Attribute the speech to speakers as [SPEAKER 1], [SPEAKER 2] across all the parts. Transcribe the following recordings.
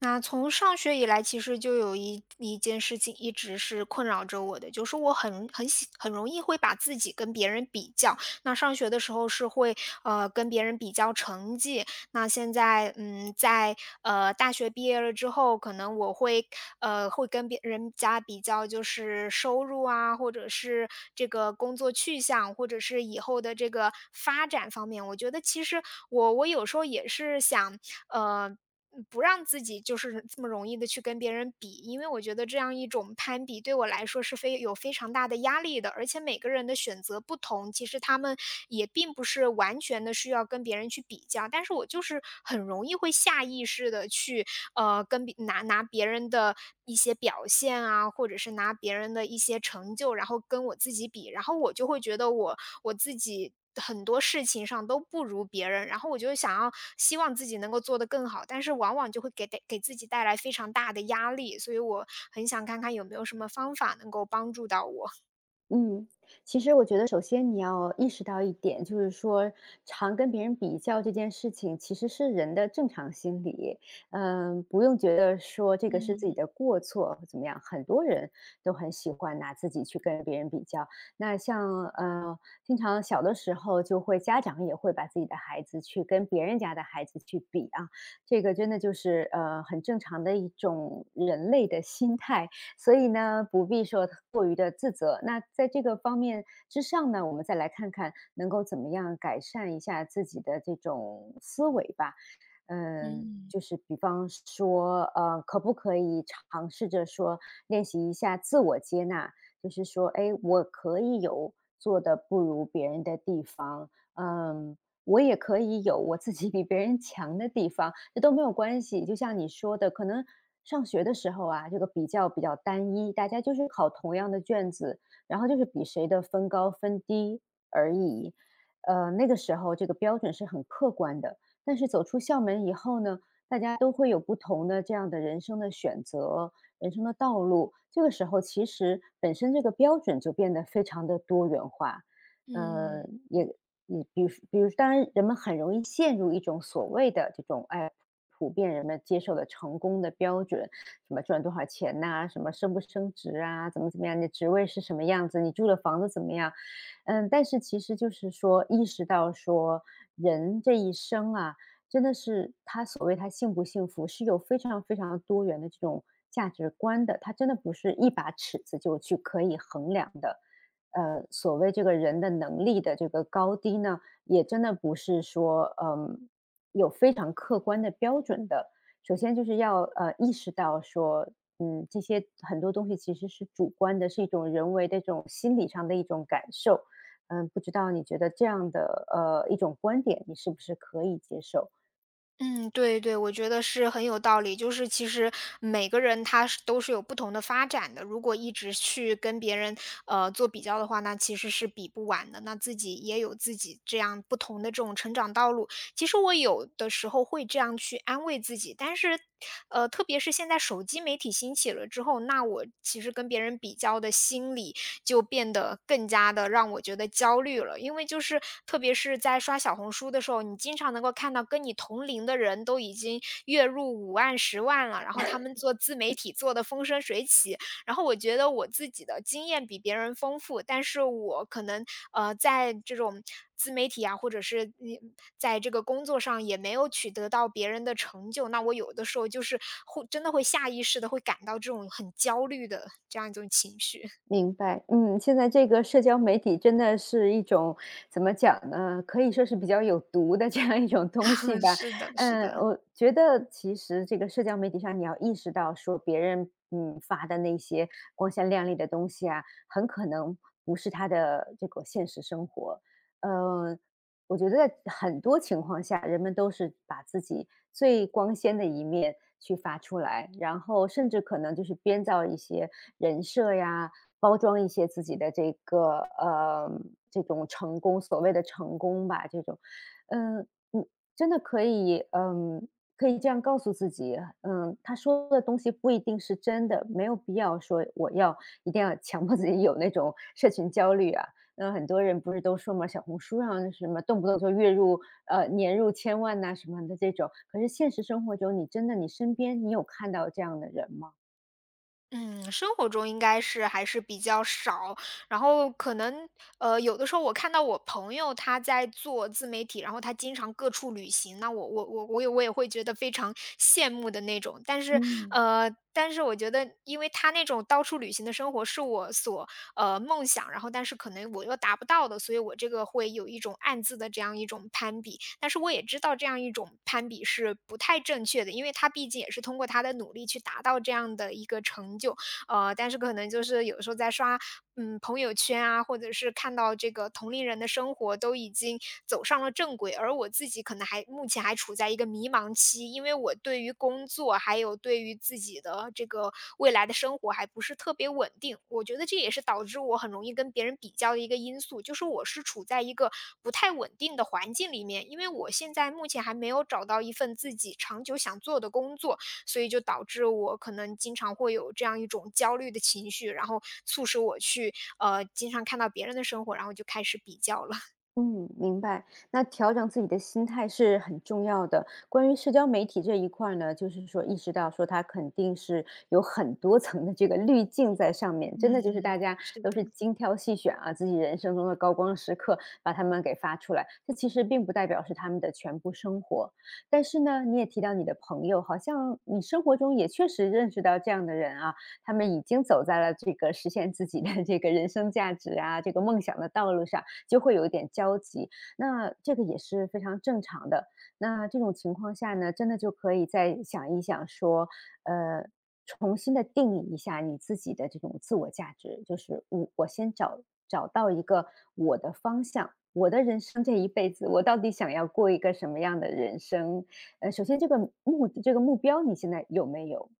[SPEAKER 1] 那从上学以来，其实就有一件事情一直是困扰着我的，就是我很容易会把自己跟别人比较。那上学的时候是会跟别人比较成绩，那现在在大学毕业了之后，可能我会会跟别人家比较，就是收入啊，或者是这个工作去向，或者是以后的这个发展方面。我觉得其实我有时候也是想呃。嗯，不让自己就是这么容易的去跟别人比，因为我觉得这样一种攀比对我来说是非常大的压力的。而且每个人的选择不同，其实他们也并不是完全的需要跟别人去比较，但是我就是很容易会下意识的去跟别拿拿别人的一些表现啊，或者是拿别人的一些成就，然后跟我自己比，然后我就会觉得我自己很多事情上都不如别人，然后我就想要希望自己能够做得更好，但是往往就会给自己带来非常大的压力，所以我很想看看有没有什么方法能够帮助到我。
[SPEAKER 2] 嗯，其实我觉得首先你要意识到一点，就是说常跟别人比较这件事情其实是人的正常心理，嗯，不用觉得说这个是自己
[SPEAKER 1] 嗯
[SPEAKER 2] 的过错或怎么样，很多人都很喜欢拿自己去跟别人比较。那像经常小的时候就会家长也会把自己的孩子去跟别人家的孩子去比啊，这个真的就是很正常的一种人类的心态。所以呢，不必说过于的自责。那在这个方面之上呢，我们再来看看能够怎么样改善一下自己的这种思维吧。嗯，
[SPEAKER 1] 嗯
[SPEAKER 2] 就是比方说，可不可以尝试着说练习一下自我接纳？就是说，哎，我可以有做的不如别人的地方，嗯，我也可以有我自己比别人强的地方，这都没有关系。就像你说的，可能上学的时候啊，这个比较单一，大家就是考同样的卷子，然后就是比谁的分高分低而已。那个时候这个标准是很客观的，但是走出校门以后呢，大家都会有不同的这样的人生的选择、人生的道路。这个时候，其实本身这个标准就变得非常的多元化。呃，
[SPEAKER 1] 嗯。
[SPEAKER 2] 也也比如比如，当然人们很容易陷入一种所谓的这种哎。普遍人们接受的成功的标准，什么赚多少钱呐、什么升不升职啊，怎么样，你的职位是什么样子，你住的房子怎么样，嗯，但是其实就是说，意识到说，人这一生啊，真的是他所谓他幸不幸福，是有非常非常多元的这种价值观的，他真的不是一把尺子就去可以衡量的。所谓这个人的能力的这个高低呢，也真的不是说，嗯，有非常客观的标准的。首先就是要意识到说，嗯，这些很多东西其实是主观的，是一种人为的这种心理上的一种感受。嗯，不知道你觉得这样的一种观点，你是不是可以接受？
[SPEAKER 1] 嗯，对对，我觉得是很有道理。就是其实每个人他是都是有不同的发展的，如果一直去跟别人做比较的话，那其实是比不完的。那自己也有自己这样不同的这种成长道路。其实我有的时候会这样去安慰自己，但是特别是现在手机媒体兴起了之后，那我其实跟别人比较的心理就变得更加的让我觉得焦虑了。因为就是特别是在刷小红书的时候，你经常能够看到跟你同龄的人都已经月入5万、10万了，然后他们做自媒体做的风生水起。然后我觉得我自己的经验比别人丰富，但是我可能呃在这种。自媒体啊，或者是在这个工作上也没有取得到别人的成就，那我有的时候就是会真的会下意识的会感到这种很焦虑的这样一种情绪。
[SPEAKER 2] 明白，嗯，现在这个社交媒体真的是一种怎么讲呢？可以说是比较有毒的这样一种东西
[SPEAKER 1] 嗯，
[SPEAKER 2] 吧。
[SPEAKER 1] 是的，是
[SPEAKER 2] 嗯，
[SPEAKER 1] 的。
[SPEAKER 2] 我觉得其实这个社交媒体上，你要意识到说别人嗯发的那些光鲜亮丽的东西啊，很可能不是他的这个现实生活。呃，我觉得在很多情况下，人们都是把自己最光鲜的一面去发出来，然后甚至可能就是编造一些人设呀。包装一些自己的这个，这种成功所谓的成功吧，这种。嗯，你真的可以嗯，可以这样告诉自己，嗯，他说的东西不一定是真的，没有必要说我要一定要强迫自己有那种 社群焦虑啊。那很多人不是都说嘛，小红书上什么动不动就月入年入千万呐什么的这种，可是现实生活中，你真的你身边，你有看到这样的人吗？
[SPEAKER 1] 嗯，生活中应该是还是比较少，然后可能，有的时候我看到我朋友他在做自媒体，然后他经常各处旅行，那我也会觉得非常羡慕的那种。但是，
[SPEAKER 2] 嗯。
[SPEAKER 1] 但是我觉得因为他那种到处旅行的生活是我所梦想，然后但是可能我又达不到的，所以我这个会有一种暗自的这样一种攀比。但是我也知道这样一种攀比是不太正确的，因为他毕竟也是通过他的努力去达到这样的一个成就，但是可能就是有时候在刷，朋友圈啊，或者是看到这个同龄人的生活都已经走上了正轨，而我自己可能还目前还处在一个迷茫期，因为我对于工作还有对于自己的这个未来的生活还不是特别稳定。我觉得这也是导致我很容易跟别人比较的一个因素，就是我是处在一个不太稳定的环境里面，因为我现在目前还没有找到一份自己长久想做的工作，所以就导致我可能经常会有这样一种焦虑的情绪，然后促使我去经常看到别人的生活，然后就开始比较了。
[SPEAKER 2] 嗯，明白。那调整自己的心态是很重要的。关于社交媒体这一块儿呢，就是说意识到说它肯定是有很多层的这个滤镜在上面，真
[SPEAKER 1] 嗯，
[SPEAKER 2] 的就是大家
[SPEAKER 1] 是
[SPEAKER 2] 都是
[SPEAKER 1] 的，
[SPEAKER 2] 精挑细选啊，自己人生中的高光时刻把他们给发出来。这其实并不代表是他们的全部生活。但是呢，你也提到你的朋友，好像你生活中也确实认识到这样的人啊，他们已经走在了这个实现自己的这个人生价值啊，这个梦想的道路上。就会有一点焦急，那这个也是非常正常的。那这种情况下呢，真的就可以再想一想说，呃，重新的定义一下你自己的这种自我价值，就是我先找找到一个我的方向，我的人生这一辈子，我到底想要过一个什么样的人生？首先这个这个目标你现在有没有？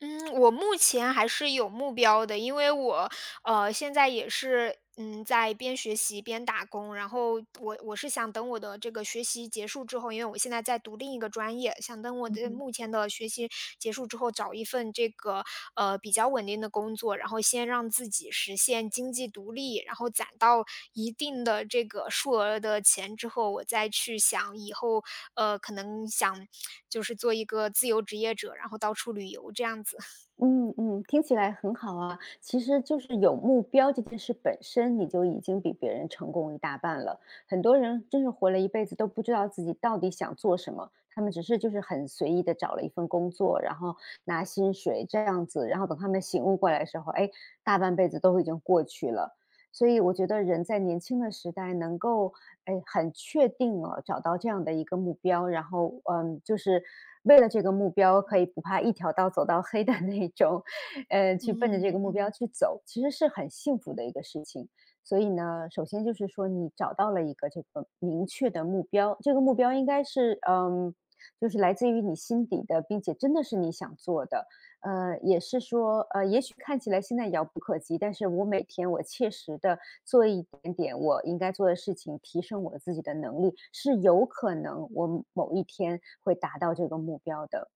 [SPEAKER 1] 嗯，我目前还是有目标的，因为我现在也是，嗯，在边学习边打工，然后我是想等我的这个学习结束之后，因为我现在在读另一个专业，想等我
[SPEAKER 2] 嗯
[SPEAKER 1] 的
[SPEAKER 2] 哼。
[SPEAKER 1] 目前的学习结束之后，找一份这个比较稳定的工作，然后先让自己实现经济独立，然后攒到一定的这个数额的钱之后，我再去想以后可能想就是做一个自由职业者，然后到处旅游这样子。
[SPEAKER 2] 嗯嗯，听起来很好啊。其实就是有目标这件事本身，你就已经比别人成功一大半了。很多人真是活了一辈子都不知道自己到底想做什么，他们只是就是很随意的找了一份工作，然后拿薪水这样子，然后等他们醒悟过来的时候，哎，大半辈子都已经过去了。所以我觉得人在年轻的时代能够，哎，很确定哦，找到这样的一个目标，然后，嗯，就是为了这个目标可以不怕一条道走到黑的那种，去奔着这
[SPEAKER 1] 嗯
[SPEAKER 2] 个目标
[SPEAKER 1] 嗯。
[SPEAKER 2] 去走，其实是很幸福的一个事情。所以呢，首先就是说你找到了一个这个明确的目标，这个目标应该是，嗯，就是来自于你心底的，并且真的是你想做的。也是说，也许看起来现在遥不可及，但是我每天我切实的做一点点我应该做的事情，提升我自己的能力，是有可能我某一天会达到这个目标的。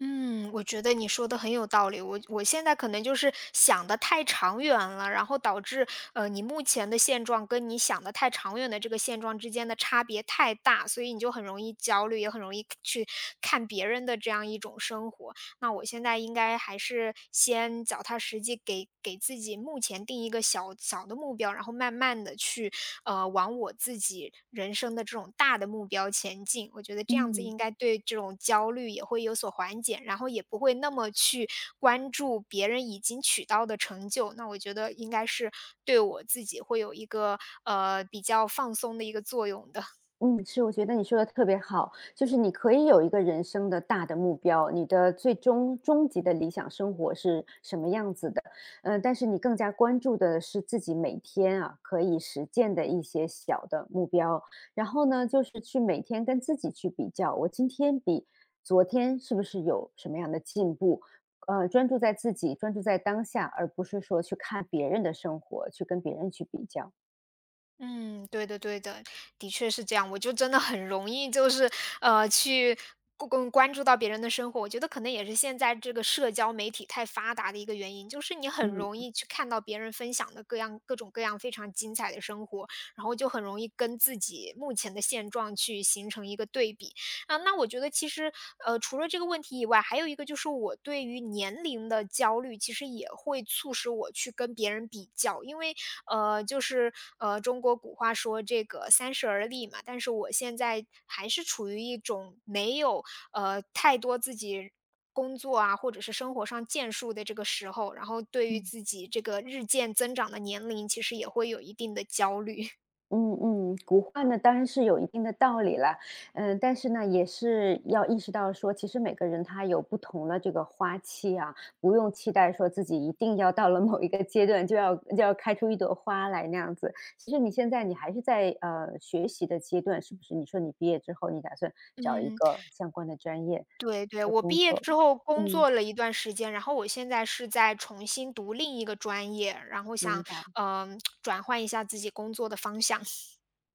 [SPEAKER 1] 嗯，我觉得你说的很有道理。我现在可能就是想的太长远了，然后导致你目前的现状跟你想的太长远的这个现状之间的差别太大，所以你就很容易焦虑，也很容易去看别人的这样一种生活。那我现在应该还是先脚踏实地给自己目前定一个小小的目标，然后慢慢的去，往我自己人生的这种大的目标前进。我觉得这样子
[SPEAKER 2] 嗯。
[SPEAKER 1] 应该对这种焦虑也会有所缓解，然后也不会那么去关注别人已经取到的成就，那我觉得应该是对我自己会有一个，比较放松的一个作用的。
[SPEAKER 2] 嗯，是，我觉得你说的特别好，就是你可以有一个人生的大的目标，你的最终终极的理想生活是什么样子的，嗯，但是你更加关注的是自己每天啊可以实践的一些小的目标，然后呢，就是去每天跟自己去比较，我今天比昨天是不是有什么样的进步？专注在自己，专注在当下，而不是说去看别人的生活，去跟别人去比较。
[SPEAKER 1] 嗯，对的对的，的确是这样。我就真的很容易就是，去关注到别人的生活。我觉得可能也是现在这个社交媒体太发达的一个原因，就是你很容
[SPEAKER 2] 嗯
[SPEAKER 1] 易去看到别人分享的各种各样非常精彩的生活，然后就很容易跟自己目前的现状去形成一个对比。啊，那我觉得其实，除了这个问题以外，还有一个就是我对于年龄的焦虑，其实也会促使我去跟别人比较，因为呃，就是中国古话说这个“三十而立”嘛，但是我现在还是处于一种没有太多自己工作啊，或者是生活上建树的这个时候，然后对于
[SPEAKER 2] 嗯。
[SPEAKER 1] 自己这个日渐增长的年龄，其实也会有一定的焦虑。
[SPEAKER 2] 嗯嗯，古话呢当然是有一定的道理啦，嗯，但是呢也是要意识到说，其实每个人他有不同的这个花期啊，不用期待说自己一定要到了某一个阶段就要开出一朵花来那样子。其实你现在你还是在学习的阶段，是不是？你说你毕业之后，你打算找一
[SPEAKER 1] 嗯，
[SPEAKER 2] 个相关的专业
[SPEAKER 1] 对对，
[SPEAKER 2] 的
[SPEAKER 1] 我毕
[SPEAKER 2] 工
[SPEAKER 1] 业
[SPEAKER 2] 作？
[SPEAKER 1] 之后工
[SPEAKER 2] 嗯，
[SPEAKER 1] 作了一段时间，然后我现在是在重新读另一个专业，然后
[SPEAKER 2] 明
[SPEAKER 1] 想
[SPEAKER 2] 白。
[SPEAKER 1] 转换一下自己工作的方向。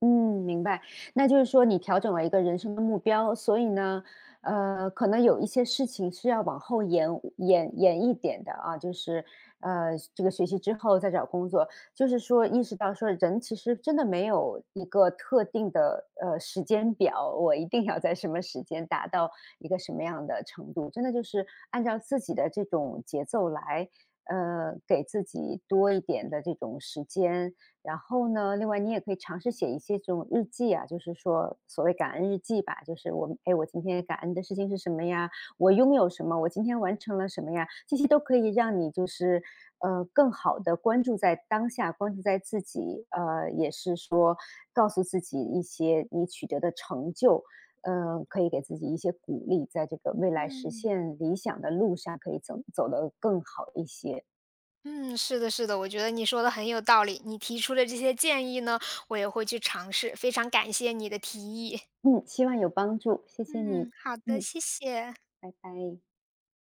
[SPEAKER 2] 嗯，明白。那就是说你调整了一个人生的目标，所以呢，可能有一些事情是要往后延一点的啊，就是这个学习之后再找工作，就是说意识到说人其实真的没有一个特定的时间表，我一定要在什么时间达到一个什么样的程度，真的就是按照自己的这种节奏来，给自己多一点的这种时间。然后呢，另外你也可以尝试写一些这种日记啊，就是说所谓感恩日记吧，就是我，哎，我今天感恩的事情是什么呀？我拥有什么？我今天完成了什么呀？这些都可以让你就是更好的关注在当下，关注在自己，也是说告诉自己一些你取得的成就，可以给自己一些鼓励，在这个未来实
[SPEAKER 1] 嗯。
[SPEAKER 2] 现理想的路上可以走走得更好一些。
[SPEAKER 1] 嗯，是的，是的，我觉得你说的很有道理。你提出的这些建议呢，我也会去尝试。非常感谢你的提议。
[SPEAKER 2] 嗯，希望有帮助，谢谢
[SPEAKER 1] 嗯，
[SPEAKER 2] 你。
[SPEAKER 1] 好的，
[SPEAKER 2] 嗯。
[SPEAKER 1] 谢谢。
[SPEAKER 2] 拜拜。